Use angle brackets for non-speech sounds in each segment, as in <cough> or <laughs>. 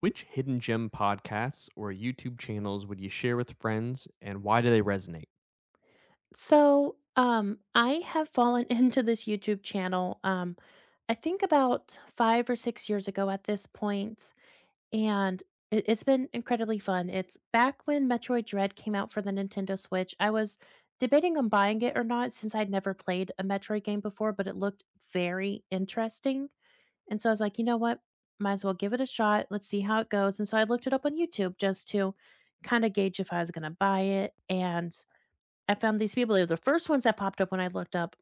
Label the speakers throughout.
Speaker 1: Which hidden gem podcasts or YouTube channels would you share with friends, and why do they resonate?
Speaker 2: So I have fallen <laughs> into this YouTube channel, I think about 5 or 6 years ago at this point, and it's been incredibly fun. It's back when Metroid Dread came out for the Nintendo Switch. I was debating on buying it or not since I'd never played a Metroid game before, but it looked very interesting. And so I was like, "You know what? Might as well give it a shot. Let's see how it goes." And so I looked it up on YouTube just to kinda gauge if I was gonna buy it, and I found these people, they were the first ones that popped up when I looked up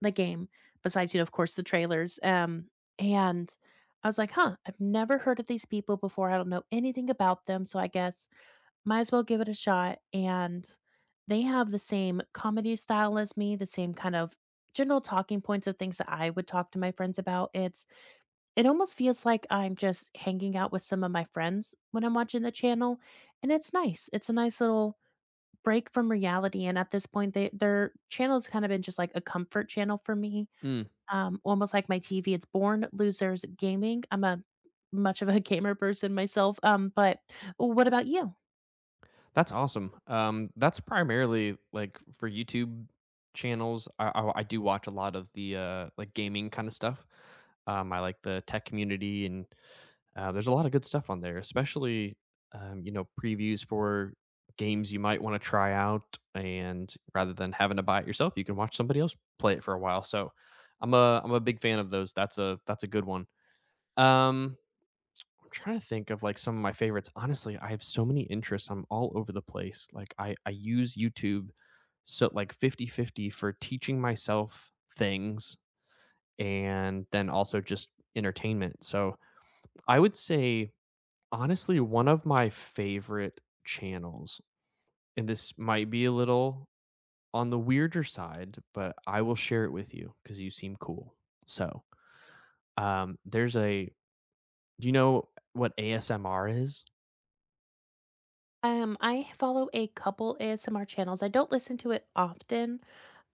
Speaker 2: the game, besides, you know, of course, the trailers, and I was like, "Huh, I've never heard of these people before, I don't know anything about them, so I guess might as well give it a shot," and they have the same comedy style as me, the same kind of general talking points of things that I would talk to my friends about, it's it almost feels like I'm just hanging out with some of my friends when I'm watching the channel, and it's nice, it's a nice little break from reality, and at this point, they their channel's kind of been just like a comfort channel for me,
Speaker 1: Mm,
Speaker 2: almost like my TV. It's Born Losers Gaming. I'm a much of a <laughs> gamer person myself, but what about you?
Speaker 1: that's awesome. That's primarily like for YouTube channels. I do watch a lot of the like gaming kind of stuff. I like the tech community and there's a lot of good stuff on there, especially, you know, previews for games you might want to try out. And rather than having to buy it yourself, you can watch somebody else play it for a while. So I'm a big fan of those. That's a good one. Um, I'm trying to think of, like, some of my favorites. Honestly, I have so many interests, I'm all over the place. Like, I use YouTube so like, 50 50 for teaching myself things, and then also just entertainment. So, I would say, honestly, one of my favorite channels, and this might be a little on the weirder side, but I will share it with you because you seem cool. So, there's a do you know what ASMR is?
Speaker 2: I follow a couple ASMR channels. I don't listen to it often,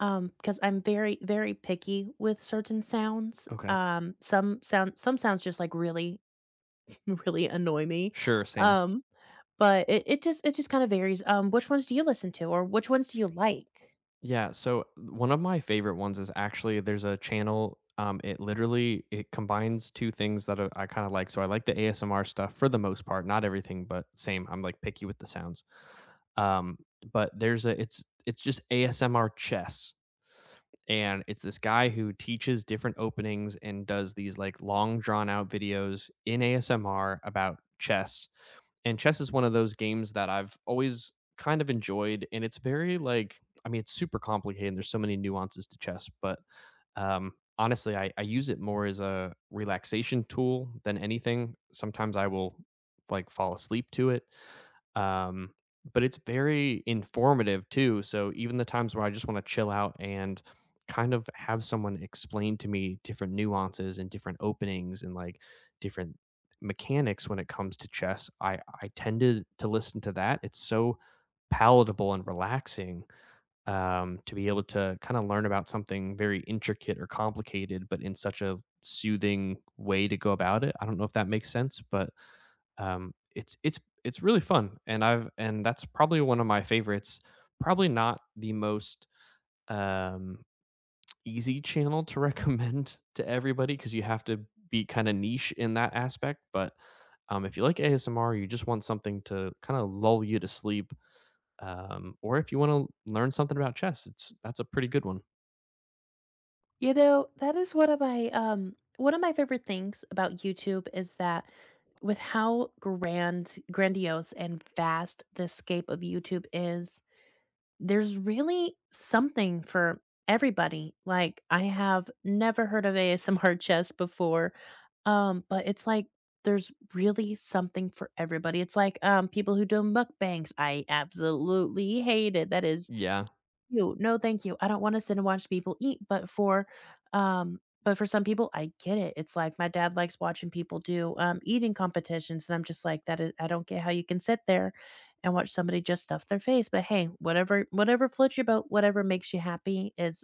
Speaker 2: because I'm very, very picky with certain sounds. Some sounds just like really, <laughs> really annoy me.
Speaker 1: Sure, same.
Speaker 2: Um But it just it just kinda varies. Which ones do you listen to or which ones do you like?
Speaker 1: Yeah, so one of my favorite ones is actually there's a channel, it literally it combines 2 things that I kinda like. So I like the ASMR stuff for the most part, not everything, but same, I'm, like, picky with the sounds. Um, but there's a It's just ASMR chess, and it's this guy who teaches different openings and does these, like, long drawn out videos in ASMR about chess. And chess is one of those games that I've always kind of enjoyed, and it's very like, it's super complicated. And there's so many nuances to chess, but um, honestly, I use it more as a relaxation tool than anything. Sometimes I will like fall asleep to it, um, but it's very informative too. So even the times where I just want to chill out and kind of have someone explain to me different nuances and different openings and like different mechanics when it comes to chess, I tended to listen to that. It's so palatable and relaxing, to be able to kind of learn about something very intricate or complicated, but in such a soothing way to go about it. I don't know if that makes sense, but it's really fun, and I've and that's probably one of my favorites. Probably not the most um, easy channel to <laughs> recommend to everybody, because you have to be kind of niche in that aspect. But if you like ASMR, you just want something to kind of lull you to sleep, or if you want to learn something about chess, it's that's a pretty good one.
Speaker 2: You know, that is one of my favorite things about YouTube is that with how grandiose and vast the scape of YouTube is, there's really something for everybody. Like, I have never heard of ASMR chess before, but it's like there's really something for everybody. It's like, people who do mukbangs. I absolutely hate it. That is
Speaker 1: Yeah,
Speaker 2: you. No, thank you. I don't wanna sit and watch people eat, but for some people, I get it. It's like my dad likes watching people do, eating competitions, and I'm just like, "That is I don't get how you can sit there and watch somebody just stuff their face," but hey, whatever floats your boat, whatever makes you happy is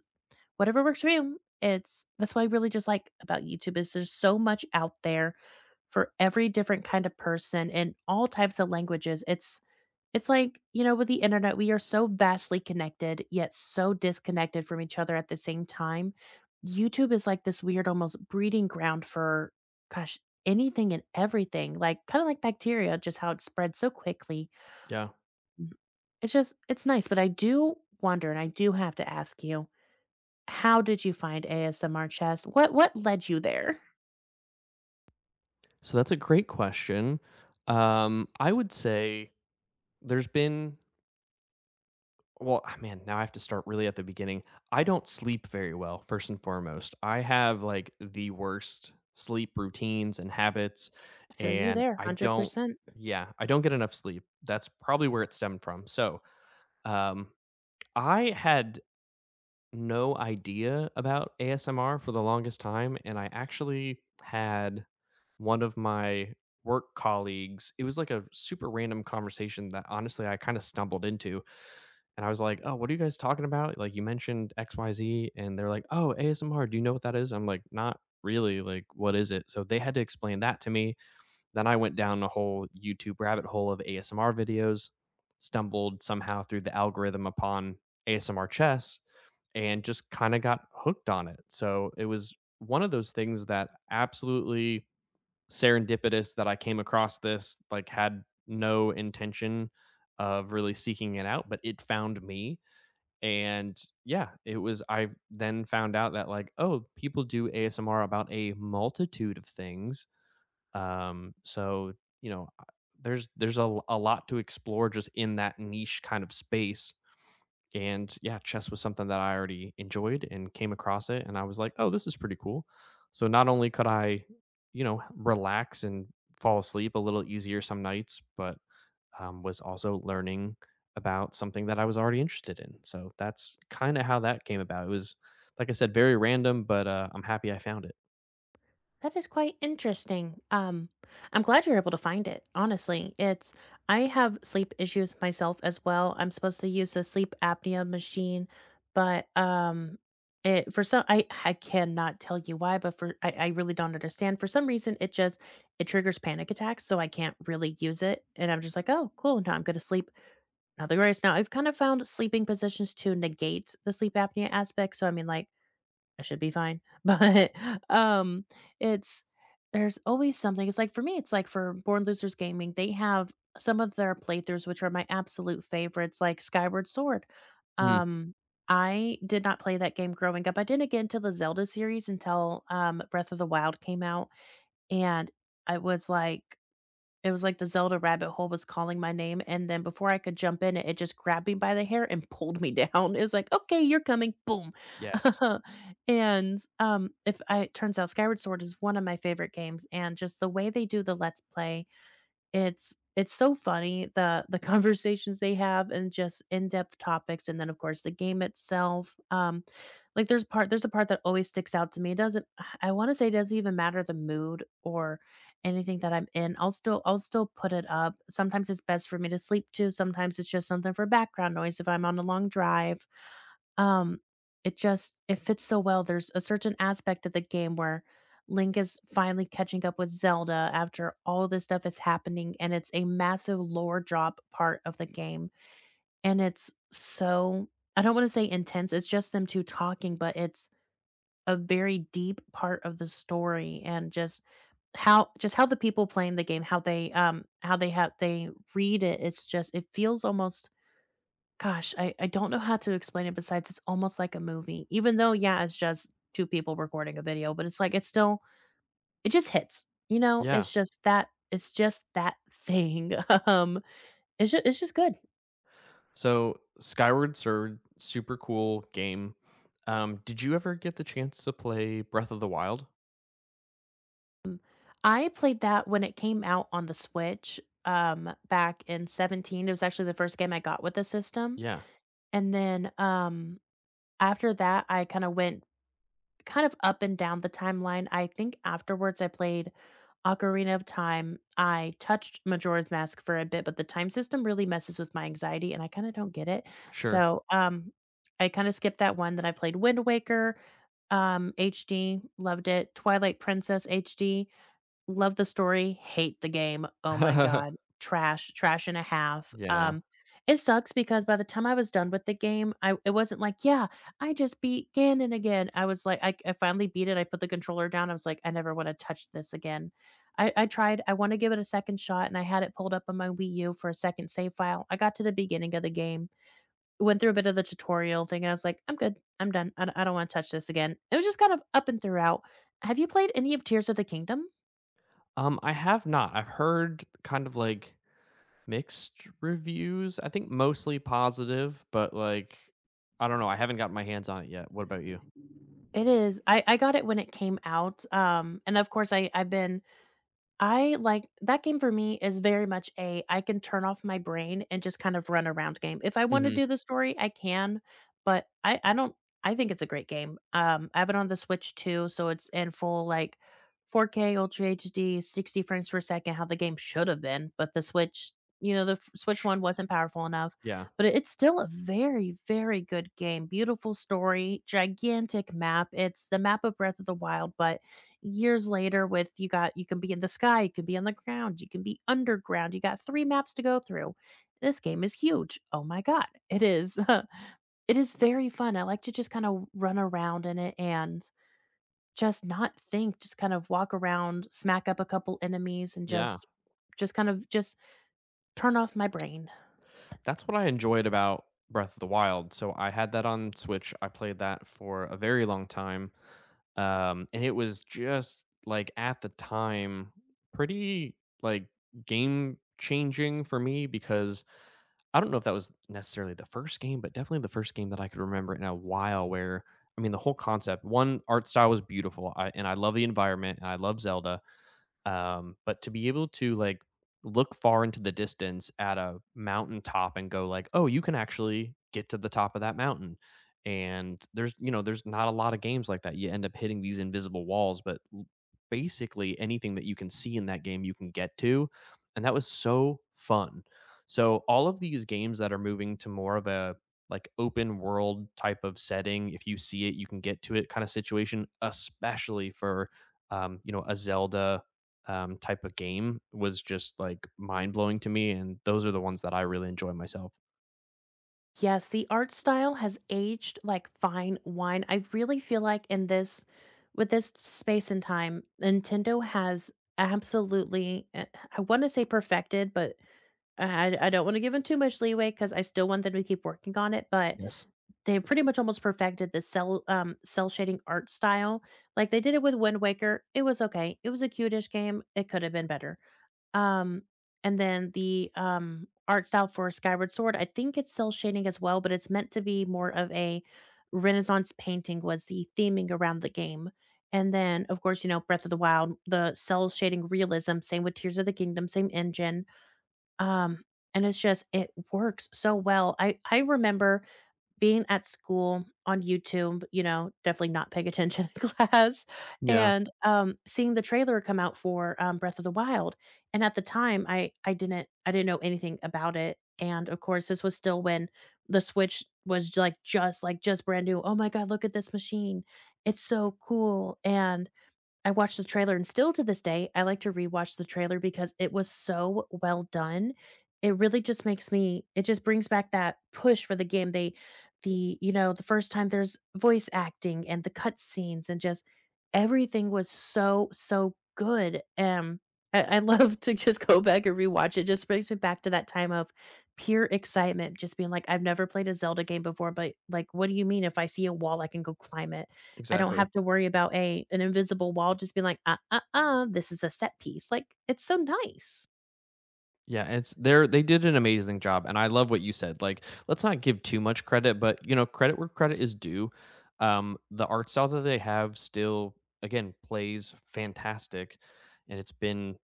Speaker 2: whatever works for you. It's that's what I really just like about YouTube is there's so much out there for every different kind of person in all types of languages. It's like, you know, with the internet, we are so vastly connected, yet so disconnected from each other at the same time. YouTube is like this weird, almost breeding ground for, gosh, anything and everything, like kind of like bacteria, just how it spreads so quickly.
Speaker 1: yeah.
Speaker 2: Mhm. It's just, it's nice. But I do wonder, and I do have to ask you, how did you find ASMR chess? What led you there?
Speaker 1: So that's a great question. I would say there's been Well, man, now I have to start really at the beginning. I don't sleep very well, first and foremost. I have like the worst sleep routines and habits,
Speaker 2: Feel you
Speaker 1: and
Speaker 2: there,
Speaker 1: I don't,
Speaker 2: 100%.
Speaker 1: yeah, I don't get enough sleep. That's probably where it stemmed from. So, um, I had no idea about ASMR for the longest time, and I actually had one of my work colleagues. It was like a super random conversation that honestly I kind of stumbled into, and I was like, "Oh, what are you guys talking about? Like, you mentioned X, Y, Z." And they're like, "Oh, ASMR. Do you know what that is?" I'm like, "Not really. Like, what is it?" So they had to explain that to me. Then I went down a whole YouTube rabbit hole of ASMR videos, stumbled somehow through the algorithm upon ASMR chess, and just kind of got hooked on it. So it was one of those things that absolutely serendipitous that I came across this, like, had no intention of really seeking it out, but it found me. And yeah, it was I then found out that like, oh, people do ASMR about a multitude of things. So, you know, there's a lot to explore just in that niche kind of space. And yeah, chess was something that I already enjoyed and came across it and I was like, "Oh, this is pretty cool." So not only could I, you know, relax and fall asleep a little easier some nights, but was also learning about something that I was already interested in. So that's kind of how that came about. It was, like I said, very random, but I'm happy I found it.
Speaker 2: That is quite interesting. I'm glad you're able to find it. Honestly, it's I have sleep issues myself as well. I'm supposed to use the sleep apnea machine, but it for some I cannot tell you why, but I really don't understand. For some reason, it triggers panic attacks, so I can't really use it. And I'm just like, oh, cool. Now I'm going to sleep. Now the grace. Now I've kind of found sleeping positions to negate the sleep apnea aspect. So I mean, like I should be fine. <laughs> But, um, it's there's always something it's like for me, it's like for Born Losers Gaming, they have some of their playthroughs, which are my absolute favorites, like Skyward Sword.
Speaker 1: Mm,
Speaker 2: Um, I did not play that game growing up. I didn't get into the Zelda series until, Breath of the Wild came out, and I was like it was like the Zelda rabbit hole was calling my name, and then before I could jump in, it just grabbed me by the hair and pulled me down. <laughs> It was like, "Okay, you're coming." Boom.
Speaker 1: yes.
Speaker 2: <laughs> And, if I it turns out Skyward Sword is one of my favorite games, and just the way they do the Let's Play, it's so funny, the <laughs> conversations they have and just in-depth topics, and then, of course, the game itself, like, there's a part that always sticks out to me. It doesn't <sighs> I wanna say it doesn't even matter the mood or anything that I'm in. I'll still put it up. Sometimes it's best for me to sleep to, sometimes it's just something for background noise if I'm on a long drive. Um, it just it fits so well. There's a certain aspect of the game where Link is finally catching up with Zelda after all this stuff is happening, and it's a massive lore drop part of the game, and it's so I don't wanna say intense, it's just them two talking, but it's a very deep part of the story and just how the people playing the game, how they have they read it. It's just it feels almost gosh, I don't know how to explain it besides it's almost like a movie. Even though, yeah, it's just two people recording a video, but it's like it's still it just hits, you know?
Speaker 1: Yeah.
Speaker 2: It's just that thing. <laughs> Um, it's just good.
Speaker 1: So Skyward Sword, super cool game. Did you ever get the chance to play Breath of the Wild?
Speaker 2: I played that when it came out on the Switch, back in 17. It was actually the first game I got with the system,
Speaker 1: Yeah.
Speaker 2: and then, after that, I kinda went kind of up and down the timeline. I think afterwards I played Ocarina of Time. I touched Majora's Mask for a bit, but the time system really messes with my anxiety, and I kinda don't get it.
Speaker 1: Sure.
Speaker 2: So, I kinda skipped that one, then I played Wind Waker, HD, loved it. Twilight Princess HD. Love the story, hate the game. Oh my god,
Speaker 1: <laughs>
Speaker 2: trash, trash and a half.
Speaker 1: Yeah.
Speaker 2: It sucks because by the time I was done with the game, I it wasn't like, "Yeah, I just beat Ganon again." I was like I finally beat it, I put the controller down, I was like, "I never wanna touch this again." I tried, I wanna give it a second shot, and I had it pulled up on my Wii U for a second save file. I got to the beginning of the game, went through a bit of the tutorial thing, and I was like, "I'm good. I'm done. I am done I do wanna touch this again." It was just kind of up and throughout. Have you played any of Tears of the Kingdom?
Speaker 1: I have not. I've heard kind of like mixed reviews. I think mostly positive, but like I don't know. I haven't gotten my hands on it yet. What about you?
Speaker 2: It is. I got it when it came out, and of course I've been I like that game for me is very much a I can turn off my brain and just kind of run around game. If I wanna
Speaker 1: Mhm.
Speaker 2: do the story, I can, but I don't I think it's a great game. I have it on the Switch too, so it's in full, like, 4K, Ultra HD, 60 frames per second, how the game should have been, but the Switch you know, the f Switch
Speaker 1: Sh
Speaker 2: one wasn't powerful enough,
Speaker 1: Yeah,
Speaker 2: but it- it's still a very, very good game. Beautiful story, gigantic map. It's the map of Breath of the Wild, but years later with you can be in the sky, you can be on the ground, you can be underground. You got three maps to go through. This game is huge. Oh my god. It is <laughs> it is very fun. I like to just kind of run around in it and just not think, just kind of walk around, smack up a couple enemies and
Speaker 1: yeah.
Speaker 2: just kind of just turn off my brain.
Speaker 1: That's what I enjoyed about Breath of the Wild, so I had that on Switch, I played that for a very long time, and it was just, like, at the time, pretty, like, game changing for me because I don't know if that was necessarily the first game, but definitely the first game that I could remember in a while where the whole concept, 1, art style was beautiful, I love the environment, and I love Zelda, but to be able to like look far into the distance at a mountaintop and go like, oh, you can actually get to the top of that mountain, and there's, you know, there's not a lot of games like that. You end up hitting these invisible walls, but basically anything that you can see in that game you can get to, and that was so fun. So all of these games that are moving to more of a like open world type of setting, if you see it you can get to it kind of situation, especially for you know, a Zelda type of game, was just like mind blowing to me, and those are the ones that I really enjoy myself.
Speaker 2: Yes, the art style has aged like fine wine. I really feel like in this with this space and time, Nintendo has absolutely I want to say perfected, but I don't want to give them too much leeway because I still want them to keep working on it. But
Speaker 1: Yes.
Speaker 2: they pretty much almost perfected the cell shading art style. Like, they did it with Wind Waker, it was okay. It was a cute game, it could have been better. Um, and then the, art style for Skyward Sword, I think it's cell shading as well, but it's meant to be more of a Renaissance painting was the theming around the game. And then, of course, you know, Breath of the Wild, the cell shading realism, same with Tears of the Kingdom, same engine. Um, and it's just it works so well. I remember being at school on YouTube, you know, definitely not paying attention in <laughs> class,
Speaker 1: Yeah.
Speaker 2: and, seeing the trailer come out for, Breath of the Wild, and at the time, I didn't know anything about it, and, of course, this was still when the Switch was, like, just brand new, "Oh my god, look at this machine. It's so cool," and I watched the trailer and still to this day, I like to rewatch the trailer because it was so well done. It really just makes me it just brings back that push for the game. The, you know, the first time there's voice acting and the cutscenes and just everything was so, so good. I love to just <laughs> go back and rewatch it. Just brings me back to that time of pure excitement, just being like, I've never played a Zelda game before, but like, what do you mean if I see a wall, I can go climb it? I don't
Speaker 1: Exactly.
Speaker 2: have to worry about a an invisible wall just being like, this is a set piece." Like, it's so nice.
Speaker 1: Yeah. It's they're they did an amazing job, and I love what you said. Like, let's not give too much credit, but you know, credit where credit is due. The art style that they have still, again, plays fantastic, and it's been,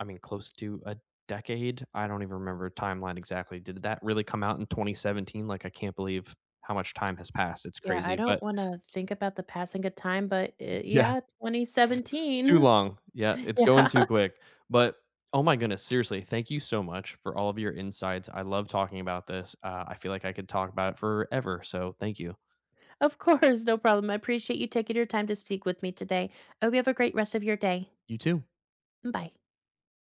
Speaker 1: I mean, close to a decade. I don't even remember timeline exactly. Did that really come out in 2017? Like, I can't believe how much time has passed. It's
Speaker 2: Yeah, I
Speaker 1: crazy,
Speaker 2: don't
Speaker 1: but
Speaker 2: wanna think about the passing of time, but,
Speaker 1: <laughs> yeah.
Speaker 2: yeah,
Speaker 1: Too
Speaker 2: 2017. <laughs>
Speaker 1: long. Yeah, it's going
Speaker 2: Yeah,
Speaker 1: too
Speaker 2: <laughs>
Speaker 1: quick. But oh my goodness, seriously, thank you so much for all of your insights. I love talking about this. I feel like I could talk about it forever. So thank you.
Speaker 2: of course, no problem. I appreciate you taking your time to speak with me today. I hope you have a great rest of your day.
Speaker 1: You too.
Speaker 2: Bye.